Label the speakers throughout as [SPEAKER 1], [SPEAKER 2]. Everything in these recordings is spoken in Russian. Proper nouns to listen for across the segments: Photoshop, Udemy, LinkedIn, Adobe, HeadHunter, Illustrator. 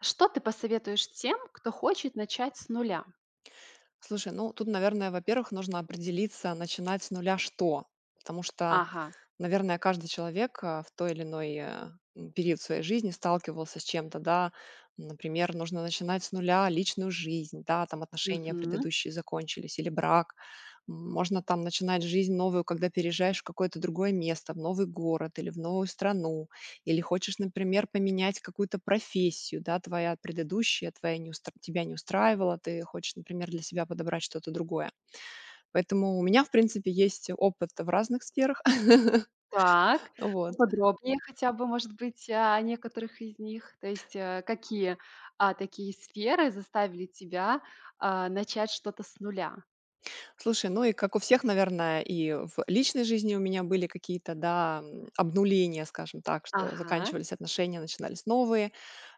[SPEAKER 1] Что ты посоветуешь тем, кто хочет начать с нуля?
[SPEAKER 2] Слушай, ну тут, наверное, во-первых, нужно определиться, начинать с нуля что. Потому что.
[SPEAKER 1] Ага.
[SPEAKER 2] Наверное, каждый человек в той или иной период своей жизни сталкивался с чем-то, да. Например, нужно начинать с нуля личную жизнь, да, там отношения
[SPEAKER 1] Мгм.
[SPEAKER 2] предыдущие закончились, или брак. Можно там начинать жизнь новую, когда переезжаешь в какое-то другое место, в новый город или в новую страну, или хочешь, например, поменять какую-то профессию, да, твоя предыдущая, твоя не устра- тебя не устраивала, ты хочешь, например, для себя подобрать что-то другое. Поэтому у меня, в принципе, есть опыт в разных сферах,
[SPEAKER 1] Так.
[SPEAKER 2] вот.
[SPEAKER 1] Поподробнее хотя бы, может быть, о некоторых из них. То есть, какие, такие сферы заставили тебя, начать что-то с нуля?
[SPEAKER 2] Слушай, ну и как у всех, наверное, и в личной жизни у меня были какие-то, да, обнуления, скажем так, что
[SPEAKER 1] Ага.
[SPEAKER 2] заканчивались отношения, начинались новые.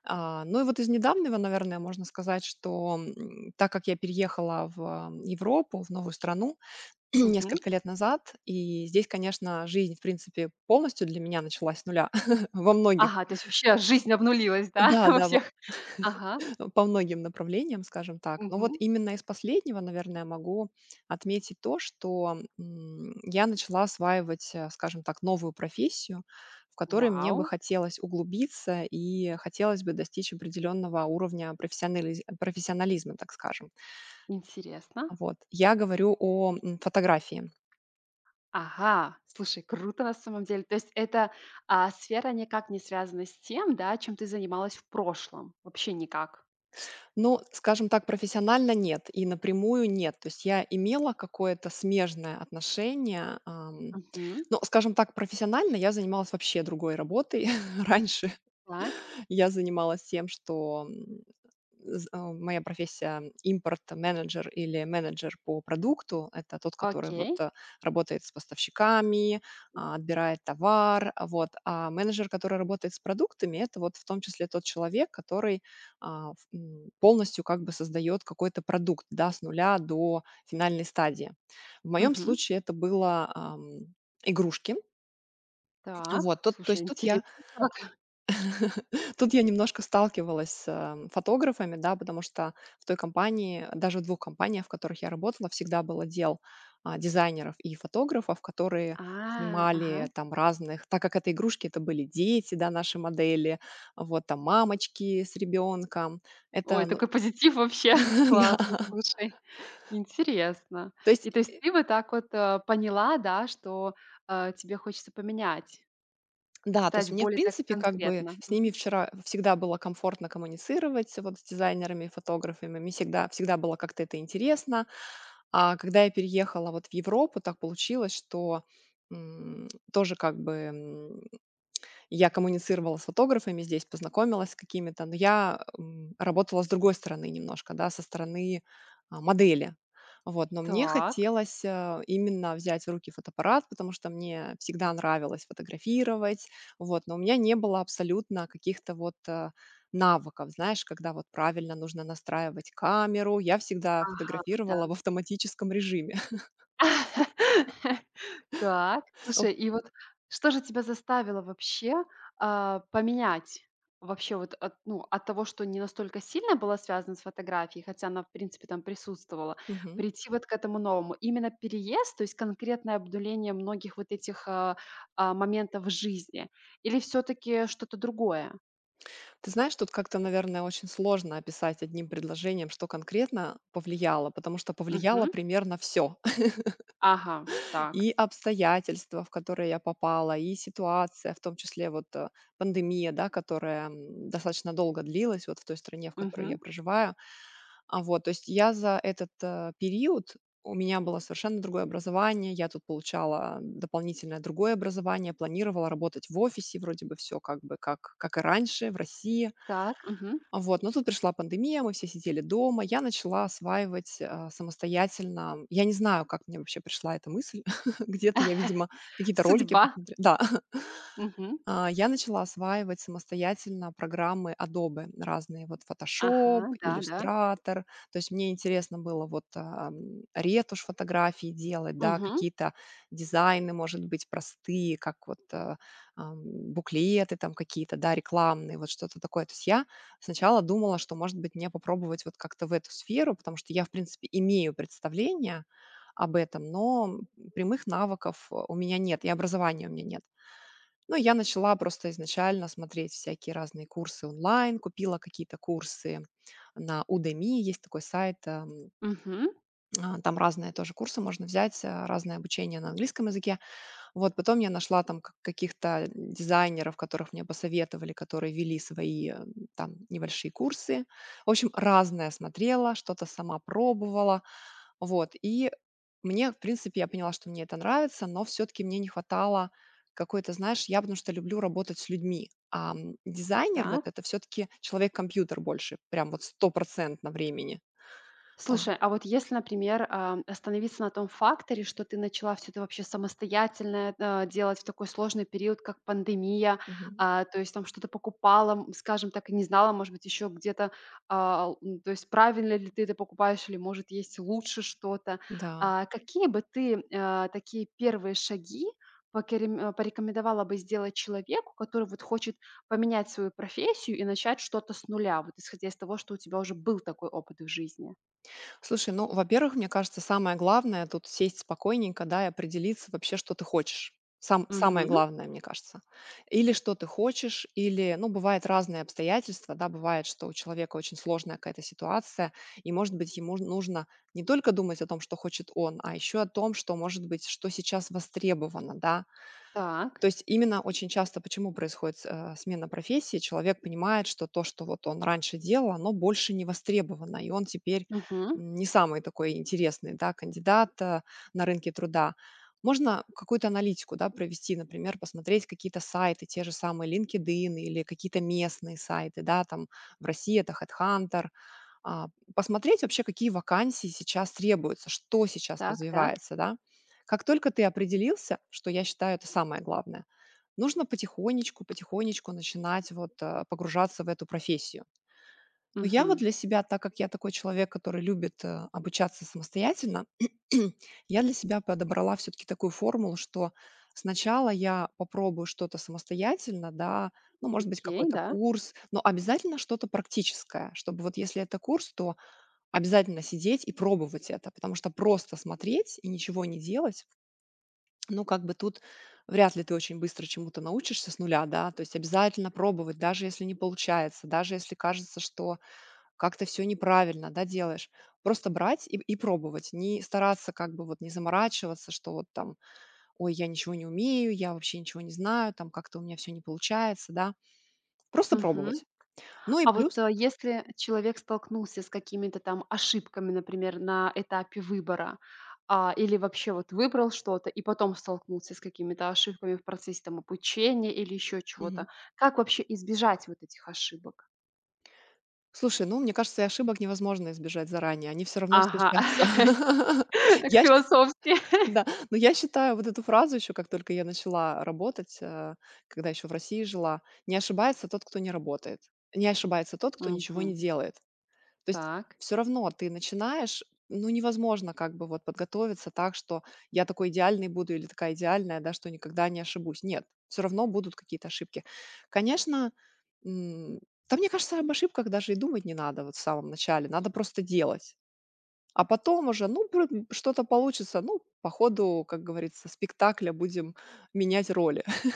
[SPEAKER 2] Ну и вот из недавнего, наверное, можно сказать, что так как я переехала в Европу, в новую страну
[SPEAKER 1] Мгм.
[SPEAKER 2] несколько лет назад, и здесь, конечно, жизнь, в принципе, полностью для меня началась с нуля во многих,
[SPEAKER 1] Ага, то есть вообще жизнь обнулилась, да,
[SPEAKER 2] да,
[SPEAKER 1] во
[SPEAKER 2] да,
[SPEAKER 1] всех. Ага.
[SPEAKER 2] по многим направлениям, скажем так. Но вот
[SPEAKER 1] Мгм.
[SPEAKER 2] именно из последнего, наверное, могу отметить то, что я начала осваивать, скажем так, новую профессию, в которой мне бы
[SPEAKER 1] Вау,
[SPEAKER 2] хотелось углубиться и хотелось бы достичь определенного уровня профессионализма, так скажем.
[SPEAKER 1] интересно.
[SPEAKER 2] Вот. Я говорю о фотографии.
[SPEAKER 1] Ага, слушай, круто на самом деле. То есть эта, сфера никак не связана с тем, да, чем ты занималась в прошлом? Вообще никак?
[SPEAKER 2] Ну, скажем так, профессионально нет и напрямую нет. То есть я имела какое-то смежное отношение.
[SPEAKER 1] Мгм.
[SPEAKER 2] Ну, скажем так, профессионально я занималась вообще другой работой. Раньше
[SPEAKER 1] Так,
[SPEAKER 2] я занималась тем, что, моя профессия — импорт-менеджер или менеджер по продукту. Это тот, который вот,
[SPEAKER 1] окей.
[SPEAKER 2] работает с поставщиками, отбирает товар, вот. А менеджер, который работает с продуктами — это вот в том числе тот человек, который, полностью как бы создает какой-то продукт, да, с нуля до финальной стадии. В моем
[SPEAKER 1] Мгм.
[SPEAKER 2] случае это было, игрушки.
[SPEAKER 1] Так,
[SPEAKER 2] Вот, тут, то
[SPEAKER 1] слушай,
[SPEAKER 2] есть тут
[SPEAKER 1] интересно.
[SPEAKER 2] я тут я немножко сталкивалась с, фотографами, да, потому что в той компании, даже в 2 компаниях, в которых я работала, всегда был отдел, дизайнеров и фотографов, которые
[SPEAKER 1] А, ага.
[SPEAKER 2] снимали там разных так как это игрушки, это были дети, да, наши модели, вот там мамочки с ребенком. Это,
[SPEAKER 1] Ой,
[SPEAKER 2] ну
[SPEAKER 1] такой позитив вообще. Классно,
[SPEAKER 2] да,
[SPEAKER 1] слушай. Интересно.
[SPEAKER 2] то есть
[SPEAKER 1] И то есть ты вот так вот, поняла, да, что, тебе хочется поменять,
[SPEAKER 2] да, то есть
[SPEAKER 1] стать
[SPEAKER 2] мне, в
[SPEAKER 1] более так
[SPEAKER 2] принципе, как бы
[SPEAKER 1] конкретно.
[SPEAKER 2] с ними вчера всегда было комфортно коммуницировать, вот с дизайнерами и фотографами. Мне всегда было как-то это интересно. А когда я переехала вот в Европу, так получилось, что тоже как бы я коммуницировала с фотографами здесь, познакомилась с какими-то, но я, работала с другой стороны немножко, да, со стороны, модели. Вот, но мне
[SPEAKER 1] Так.
[SPEAKER 2] хотелось, именно взять в руки фотоаппарат, потому что мне всегда нравилось фотографировать, вот, но у меня не было абсолютно каких-то вот, навыков, знаешь, когда вот правильно нужно настраивать камеру. Я всегда
[SPEAKER 1] Ага, да.
[SPEAKER 2] фотографировала в автоматическом режиме.
[SPEAKER 1] Так, слушай, и вот что же тебя заставило вообще, поменять вообще вот от, ну, от того, что не настолько сильно была связана с фотографией, хотя она, в принципе, там присутствовала,
[SPEAKER 2] Мгм.
[SPEAKER 1] прийти вот к этому новому? Именно переезд, то есть конкретное обдуление многих вот этих, моментов в жизни или все таки что-то другое?
[SPEAKER 2] Ты знаешь, тут как-то, наверное, очень сложно описать одним предложением, что конкретно повлияло, потому что повлияло
[SPEAKER 1] Мгм.
[SPEAKER 2] примерно все.
[SPEAKER 1] Ага, так.
[SPEAKER 2] И обстоятельства, в которые я попала, и ситуация, в том числе вот пандемия, да, которая достаточно долго длилась вот в той стране, в которой я
[SPEAKER 1] Мгм.
[SPEAKER 2] проживаю. А вот, то есть я за этот период у меня было совершенно другое образование, я тут получала дополнительное другое образование, планировала работать в офисе, вроде бы все как бы как и раньше в России,
[SPEAKER 1] Так, мгм.
[SPEAKER 2] вот, но тут пришла пандемия, мы все сидели дома. Я начала осваивать, самостоятельно. Я не знаю, как мне вообще пришла эта мысль. Где-то я, видимо, какие-то ролики
[SPEAKER 1] Судьба.
[SPEAKER 2] посмотре да.
[SPEAKER 1] Мгм.
[SPEAKER 2] Я начала осваивать самостоятельно программы Adobe разные вот Photoshop,
[SPEAKER 1] Ага, да-да.
[SPEAKER 2] Illustrator. То есть мне интересно было вот, ретушь фотографий делать, да,
[SPEAKER 1] Мгм.
[SPEAKER 2] какие-то дизайны, может быть, простые, как вот, буклеты там какие-то, да, рекламные, вот что-то такое. То есть я сначала думала, что, может быть, мне попробовать вот как-то в эту сферу, потому что я, в принципе, имею представление об этом, но, прямых навыков, у меня нет и образования у меня нет. Ну, я начала просто изначально смотреть всякие разные курсы онлайн, купила какие-то курсы на Udemy, есть такой сайт,
[SPEAKER 1] Мгм.
[SPEAKER 2] там разные тоже курсы можно взять, разное обучение на английском языке. Вот потом я нашла там каких-то дизайнеров, которых мне посоветовали, которые вели свои там небольшие курсы. В общем, разное смотрела, что-то сама пробовала, вот, и мне, в принципе, я поняла, что мне это нравится, но все-таки мне не хватало какой-то, знаешь, я потому что люблю работать с людьми, а дизайнер вот это все-таки человек-компьютер больше, прям вот стопроцентно времени. А,
[SPEAKER 1] Слушай, а вот если, например, остановиться на том факторе, что ты начала все это вообще самостоятельно, делать в такой сложный период, как пандемия,
[SPEAKER 2] мгм.
[SPEAKER 1] то есть там что-то покупала, скажем так, и не знала, может быть, еще где-то, то есть правильно ли ты это покупаешь или, может, есть лучше что-то.
[SPEAKER 2] Да.
[SPEAKER 1] Какие бы ты, такие первые шаги порекомендовала бы сделать человеку, который вот хочет поменять свою профессию и начать что-то с нуля, вот исходя из того, что у тебя уже был такой опыт в жизни?
[SPEAKER 2] Слушай, ну, во-первых, мне кажется, самое главное тут сесть спокойненько, да, и определиться вообще, что ты хочешь. Самое
[SPEAKER 1] Мгм.
[SPEAKER 2] главное, мне кажется. Или что ты хочешь, или, ну, бывают разные обстоятельства, да, бывает, что у человека очень сложная какая-то ситуация, и, может быть, ему нужно не только думать о том, что хочет он, а еще о том, что, может быть, что сейчас востребовано, да,
[SPEAKER 1] Так.
[SPEAKER 2] то есть именно очень часто почему происходит, смена профессии? Человек понимает, что то, что вот он раньше делал, оно больше не востребовано, и он теперь
[SPEAKER 1] Мгм.
[SPEAKER 2] не самый такой интересный, да, кандидат, на рынке труда. Можно какую-то аналитику, да, провести, например, посмотреть какие-то сайты, те же самые LinkedIn или какие-то местные сайты, да, там в России это HeadHunter. А, Посмотреть вообще, какие вакансии сейчас требуются, что сейчас
[SPEAKER 1] Так, так.
[SPEAKER 2] развивается, да. Как только ты определился, что я считаю это самое главное, нужно потихонечку, потихонечку начинать вот погружаться в эту профессию. Но я вот
[SPEAKER 1] Мгм.
[SPEAKER 2] для себя, так как я такой человек, который любит обучаться самостоятельно, я для себя подобрала все-таки такую формулу, что сначала я попробую что-то самостоятельно, да, ну, может быть,
[SPEAKER 1] Окей,
[SPEAKER 2] какой-то
[SPEAKER 1] да.
[SPEAKER 2] курс, но обязательно что-то практическое, чтобы вот если это курс, то обязательно сидеть и пробовать это, потому что просто смотреть и ничего не делать, ну, как бы тут вряд ли ты очень быстро чему-то научишься с нуля, да, то есть обязательно пробовать, даже если не получается, даже если кажется, что как-то все неправильно, да, делаешь. Просто брать и пробовать, не стараться как бы вот не заморачиваться, что вот там, ой, я ничего не умею, я вообще ничего не знаю, там как-то у меня все не получается, да. Просто
[SPEAKER 1] Мгм.
[SPEAKER 2] пробовать. Ну и
[SPEAKER 1] А вот,
[SPEAKER 2] плюс...
[SPEAKER 1] если человек столкнулся с какими-то там ошибками, например, на этапе выбора, или вообще вот выбрал что-то и потом столкнулся с какими-то ошибками в процессе там обучения или еще
[SPEAKER 2] Мгм.
[SPEAKER 1] чего-то, как вообще избежать вот этих ошибок?
[SPEAKER 2] Слушай, ну, мне кажется, и ошибок невозможно избежать заранее, они все равно
[SPEAKER 1] Ага,
[SPEAKER 2] случатся.
[SPEAKER 1] так
[SPEAKER 2] Я
[SPEAKER 1] философски.
[SPEAKER 2] Да, но я считаю вот эту фразу еще, как только я начала работать, когда еще в России жила: «Не ошибается тот, кто не работает. Не ошибается тот, кто ничего
[SPEAKER 1] Мгм.
[SPEAKER 2] не делает». То есть
[SPEAKER 1] Так.
[SPEAKER 2] все равно ты начинаешь, ну, невозможно как бы вот подготовиться так, что я такой идеальный буду или такая идеальная, да, что никогда не ошибусь. Нет, все равно будут какие-то ошибки. Конечно, м, да, мне кажется, об ошибках даже и думать не надо вот в самом начале. Надо просто делать. А потом уже, ну, пр что-то получится. Ну, по ходу, как говорится, спектакля будем менять роли.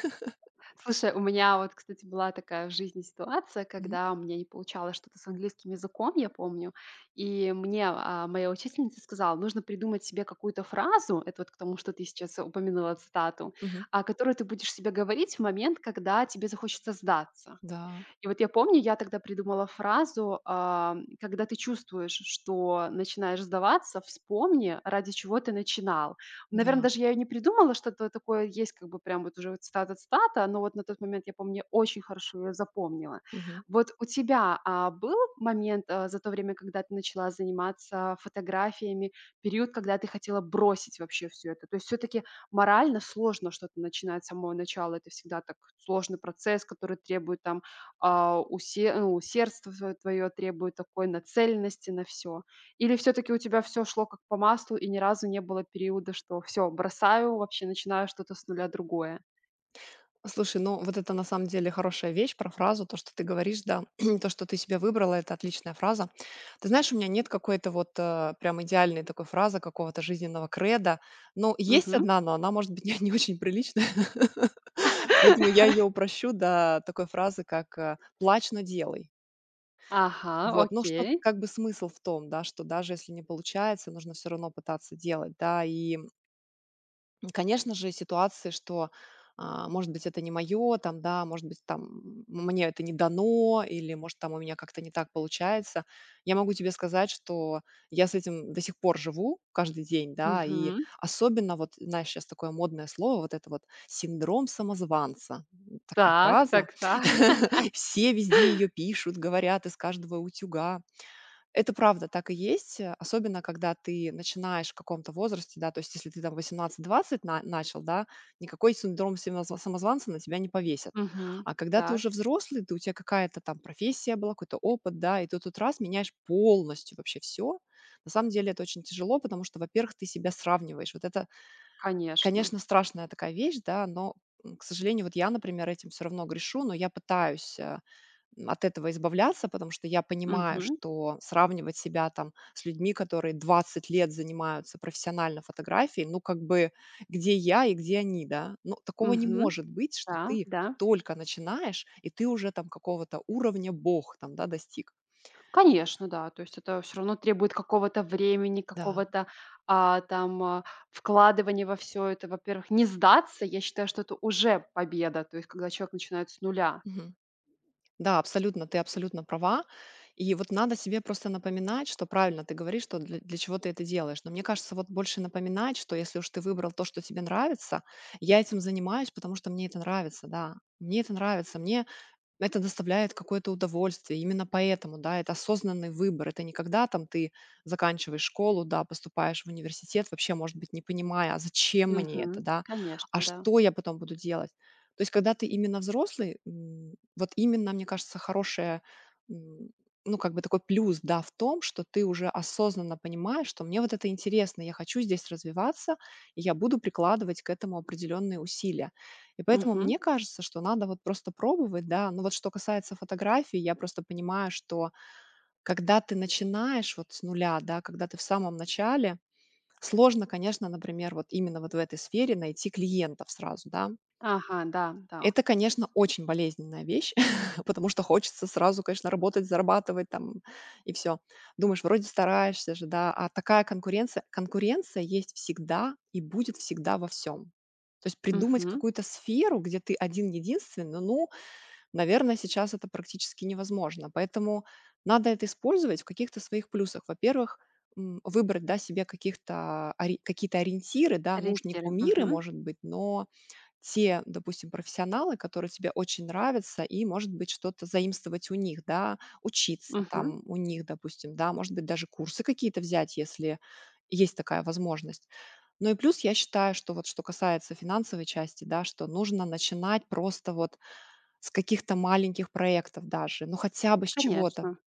[SPEAKER 1] Слушай, у меня вот, кстати, была такая в жизни ситуация,
[SPEAKER 2] Мгм.
[SPEAKER 1] когда у меня не получалось что-то с английским языком, я помню, и мне моя учительница сказала, нужно придумать себе какую-то фразу, это вот к тому, что ты сейчас упомянула цитату,
[SPEAKER 2] Мгм.
[SPEAKER 1] которую ты будешь себе говорить в момент, когда тебе захочется сдаться.
[SPEAKER 2] Да,
[SPEAKER 1] И вот я помню, я тогда придумала фразу: когда ты чувствуешь, что начинаешь сдаваться, вспомни, ради чего ты начинал. Наверное,
[SPEAKER 2] да.
[SPEAKER 1] даже я ее не придумала, что-то такое есть, как бы прям вот уже вот цитата-цитата, но вот на тот момент, я помню, я очень хорошо ее запомнила.
[SPEAKER 2] Мгм.
[SPEAKER 1] Вот у тебя был момент за то время, когда ты начала заниматься фотографиями, период, когда ты хотела бросить вообще все это? То есть все-таки морально сложно что-то начинать с самого начала, это всегда так сложный процесс, который требует там а, усе ну, усердство твое требует такой нацеленности на все. Или все таки у тебя все шло как по маслу и ни разу не было периода, что все бросаю, вообще начинаю что-то с нуля другое?
[SPEAKER 2] Слушай, ну, вот это на самом деле хорошая вещь про фразу, то, что ты говоришь, да. То, что ты себя выбрала — это отличная фраза. Ты знаешь, у меня нет какой-то вот, прям идеальной такой фразы, какого-то жизненного креда. Но есть
[SPEAKER 1] Мгм.
[SPEAKER 2] одна, но она может быть не очень приличная. Поэтому я ее упрощу до такой фразы, как, «Плачь, но делай».
[SPEAKER 1] Ага,
[SPEAKER 2] Вот, ну, что
[SPEAKER 1] окей.
[SPEAKER 2] как бы смысл в том, да, что даже если не получается, нужно все равно пытаться делать, да. И, конечно же, ситуации, что, может быть, это не мое, там, да, может быть, там, мне это не дано, или, может, там у меня как-то не так получается. Я могу тебе сказать, что я с этим до сих пор живу каждый день, да, и
[SPEAKER 1] Мгм.
[SPEAKER 2] особенно вот, знаешь, сейчас такое модное слово, вот это вот синдром самозванца. Такая
[SPEAKER 1] Так,
[SPEAKER 2] фраза.
[SPEAKER 1] так, так.
[SPEAKER 2] Все везде ее пишут, говорят из каждого утюга. Это правда, так и есть, особенно когда ты начинаешь в каком-то возрасте, да, то есть если ты там 18-20 начал, да, никакой синдром самозванца на тебя не повесят.
[SPEAKER 1] Мгм.
[SPEAKER 2] А когда ты
[SPEAKER 1] Так,
[SPEAKER 2] уже взрослый, ты, у тебя какая-то там профессия была, какой-то опыт, да, и ты тут раз меняешь полностью вообще все, на самом деле это очень тяжело, потому что, во-первых, ты себя сравниваешь. Вот это,
[SPEAKER 1] конечно.
[SPEAKER 2] конечно, страшная такая вещь, да, но, к сожалению, вот я, например, этим все равно грешу, но я пытаюсь от этого избавляться, потому что я понимаю,
[SPEAKER 1] Мгм.
[SPEAKER 2] что сравнивать себя там с людьми, которые 20 лет занимаются профессионально фотографией, ну, как бы, где я и где они, да? Ну, такого не
[SPEAKER 1] Мгм.
[SPEAKER 2] может быть, что
[SPEAKER 1] Да,
[SPEAKER 2] ты
[SPEAKER 1] да.
[SPEAKER 2] только начинаешь, и ты уже там какого-то уровня бог там, да, достиг.
[SPEAKER 1] Конечно, да. То есть это все равно требует какого-то времени,
[SPEAKER 2] Да.
[SPEAKER 1] какого-то, там, вкладывания во все это. Во-первых, не сдаться, я считаю, что это уже победа, то есть когда человек начинает с нуля.
[SPEAKER 2] Мгм. Да, абсолютно, ты абсолютно права. И вот надо себе просто напоминать, что правильно ты говоришь, что для, для чего ты это делаешь. Но мне кажется, вот больше напоминать, что если уж ты выбрал то, что тебе нравится, я этим занимаюсь, потому что мне это нравится, да. Мне это нравится. Мне это доставляет какое-то удовольствие. Именно поэтому, да, это осознанный выбор. Это не когда там ты заканчиваешь школу, да, поступаешь в университет, вообще, может быть, не понимая, а зачем мне это,
[SPEAKER 1] Мгм.
[SPEAKER 2] да, а
[SPEAKER 1] Конечно, да.
[SPEAKER 2] что я потом буду делать. То есть, когда ты именно взрослый, вот именно, мне кажется, хорошее, м, ну, как бы такой плюс, да, в том, что ты уже осознанно понимаешь, что мне вот это интересно, я хочу здесь развиваться, и я буду прикладывать к этому определенные усилия. И поэтому
[SPEAKER 1] Мгм.
[SPEAKER 2] мне кажется, что надо вот просто пробовать, да. Но вот что касается фотографий, я просто понимаю, что когда ты начинаешь вот с нуля, да, когда ты в самом начале, сложно, конечно, например, вот именно вот в этой сфере найти клиентов сразу, да.
[SPEAKER 1] Ага, да, да.
[SPEAKER 2] Это, конечно, очень болезненная вещь, потому что хочется сразу, конечно, работать, зарабатывать там и все. Думаешь, вроде стараешься же, да, а такая конкуренция есть всегда и будет всегда во всем. То есть придумать
[SPEAKER 1] Мгм.
[SPEAKER 2] какую-то сферу, где ты один-единственный, ну, наверное, сейчас это практически невозможно. Поэтому надо это использовать в каких-то своих плюсах. Во-первых, выбрать, да, себе каких-то ори какие-то ориентиры, да, ну уж не
[SPEAKER 1] Ориентиры.
[SPEAKER 2] кумиры,
[SPEAKER 1] Мгм.
[SPEAKER 2] может быть, но те, допустим, профессионалы, которые тебе очень нравятся, и, может быть, что-то заимствовать у них, да, учиться
[SPEAKER 1] Мгм.
[SPEAKER 2] там у них, допустим, да, может быть, даже курсы какие-то взять, если есть такая возможность. Ну и плюс я считаю, что вот что касается финансовой части, да, что нужно начинать просто вот с каких-то маленьких проектов даже, ну хотя бы с чего-то.
[SPEAKER 1] Конечно.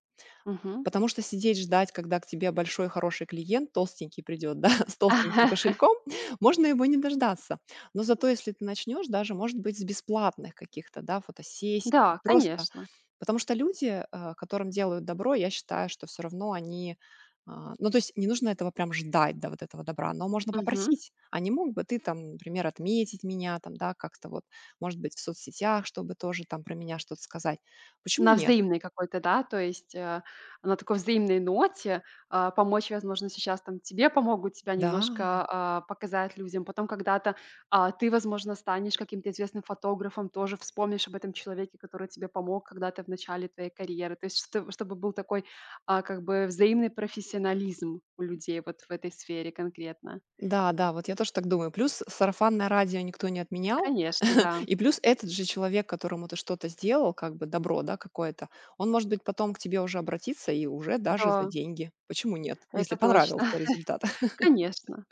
[SPEAKER 1] Мгм.
[SPEAKER 2] Потому что сидеть ждать, когда к тебе большой хороший клиент, толстенький придет, да, с толстеньким кошельком, можно его не дождаться. Но зато если ты начнешь даже, может быть, с бесплатных каких-то, да, фотосессий, ты
[SPEAKER 1] Да,
[SPEAKER 2] просто
[SPEAKER 1] конечно.
[SPEAKER 2] Потому что люди, которым делают добро, я считаю, что все равно они ну, то есть не нужно этого прям ждать, да, вот этого добра, но можно
[SPEAKER 1] Мгм.
[SPEAKER 2] попросить. А не мог бы ты там, например, отметить меня там, да, как-то вот, может быть, в соцсетях, чтобы тоже там про меня что-то сказать. Почему
[SPEAKER 1] На
[SPEAKER 2] нет?
[SPEAKER 1] взаимной какой-то, да, то есть, на такой взаимной ноте, помочь, возможно, сейчас там тебе помогут, тебя
[SPEAKER 2] Да.
[SPEAKER 1] немножко, показать людям. Потом когда-то, ты, возможно, станешь каким-то известным фотографом, тоже вспомнишь об этом человеке, который тебе помог когда-то в начале твоей карьеры. То есть что чтобы был такой, как бы взаимный профессионализм у людей вот в этой сфере конкретно.
[SPEAKER 2] Да, да, вот я тоже так думаю. Плюс сарафанное радио никто не отменял.
[SPEAKER 1] Конечно, да.
[SPEAKER 2] И плюс этот же человек, которому ты что-то сделал, как бы добро, да, какое-то, он, может быть, потом к тебе уже обратится и уже даже за
[SPEAKER 1] Да,
[SPEAKER 2] деньги. Почему нет? Если
[SPEAKER 1] это точно.
[SPEAKER 2] понравился результат.
[SPEAKER 1] Конечно.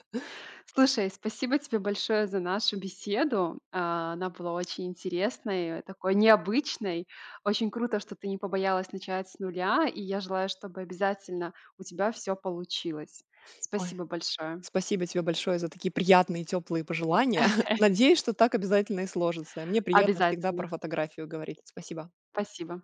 [SPEAKER 1] Слушай, спасибо тебе большое за нашу беседу. Она была очень интересной, такой необычной. Очень круто, что ты не побоялась начать с нуля, и я желаю, чтобы обязательно у тебя все получилось.
[SPEAKER 2] Ой,
[SPEAKER 1] Спасибо большое.
[SPEAKER 2] спасибо тебе большое за такие приятные, теплые пожелания. Надеюсь, что так обязательно и сложится. И мне приятно всегда про
[SPEAKER 1] Обязательно.
[SPEAKER 2] фотографию говорить. Спасибо.
[SPEAKER 1] Спасибо.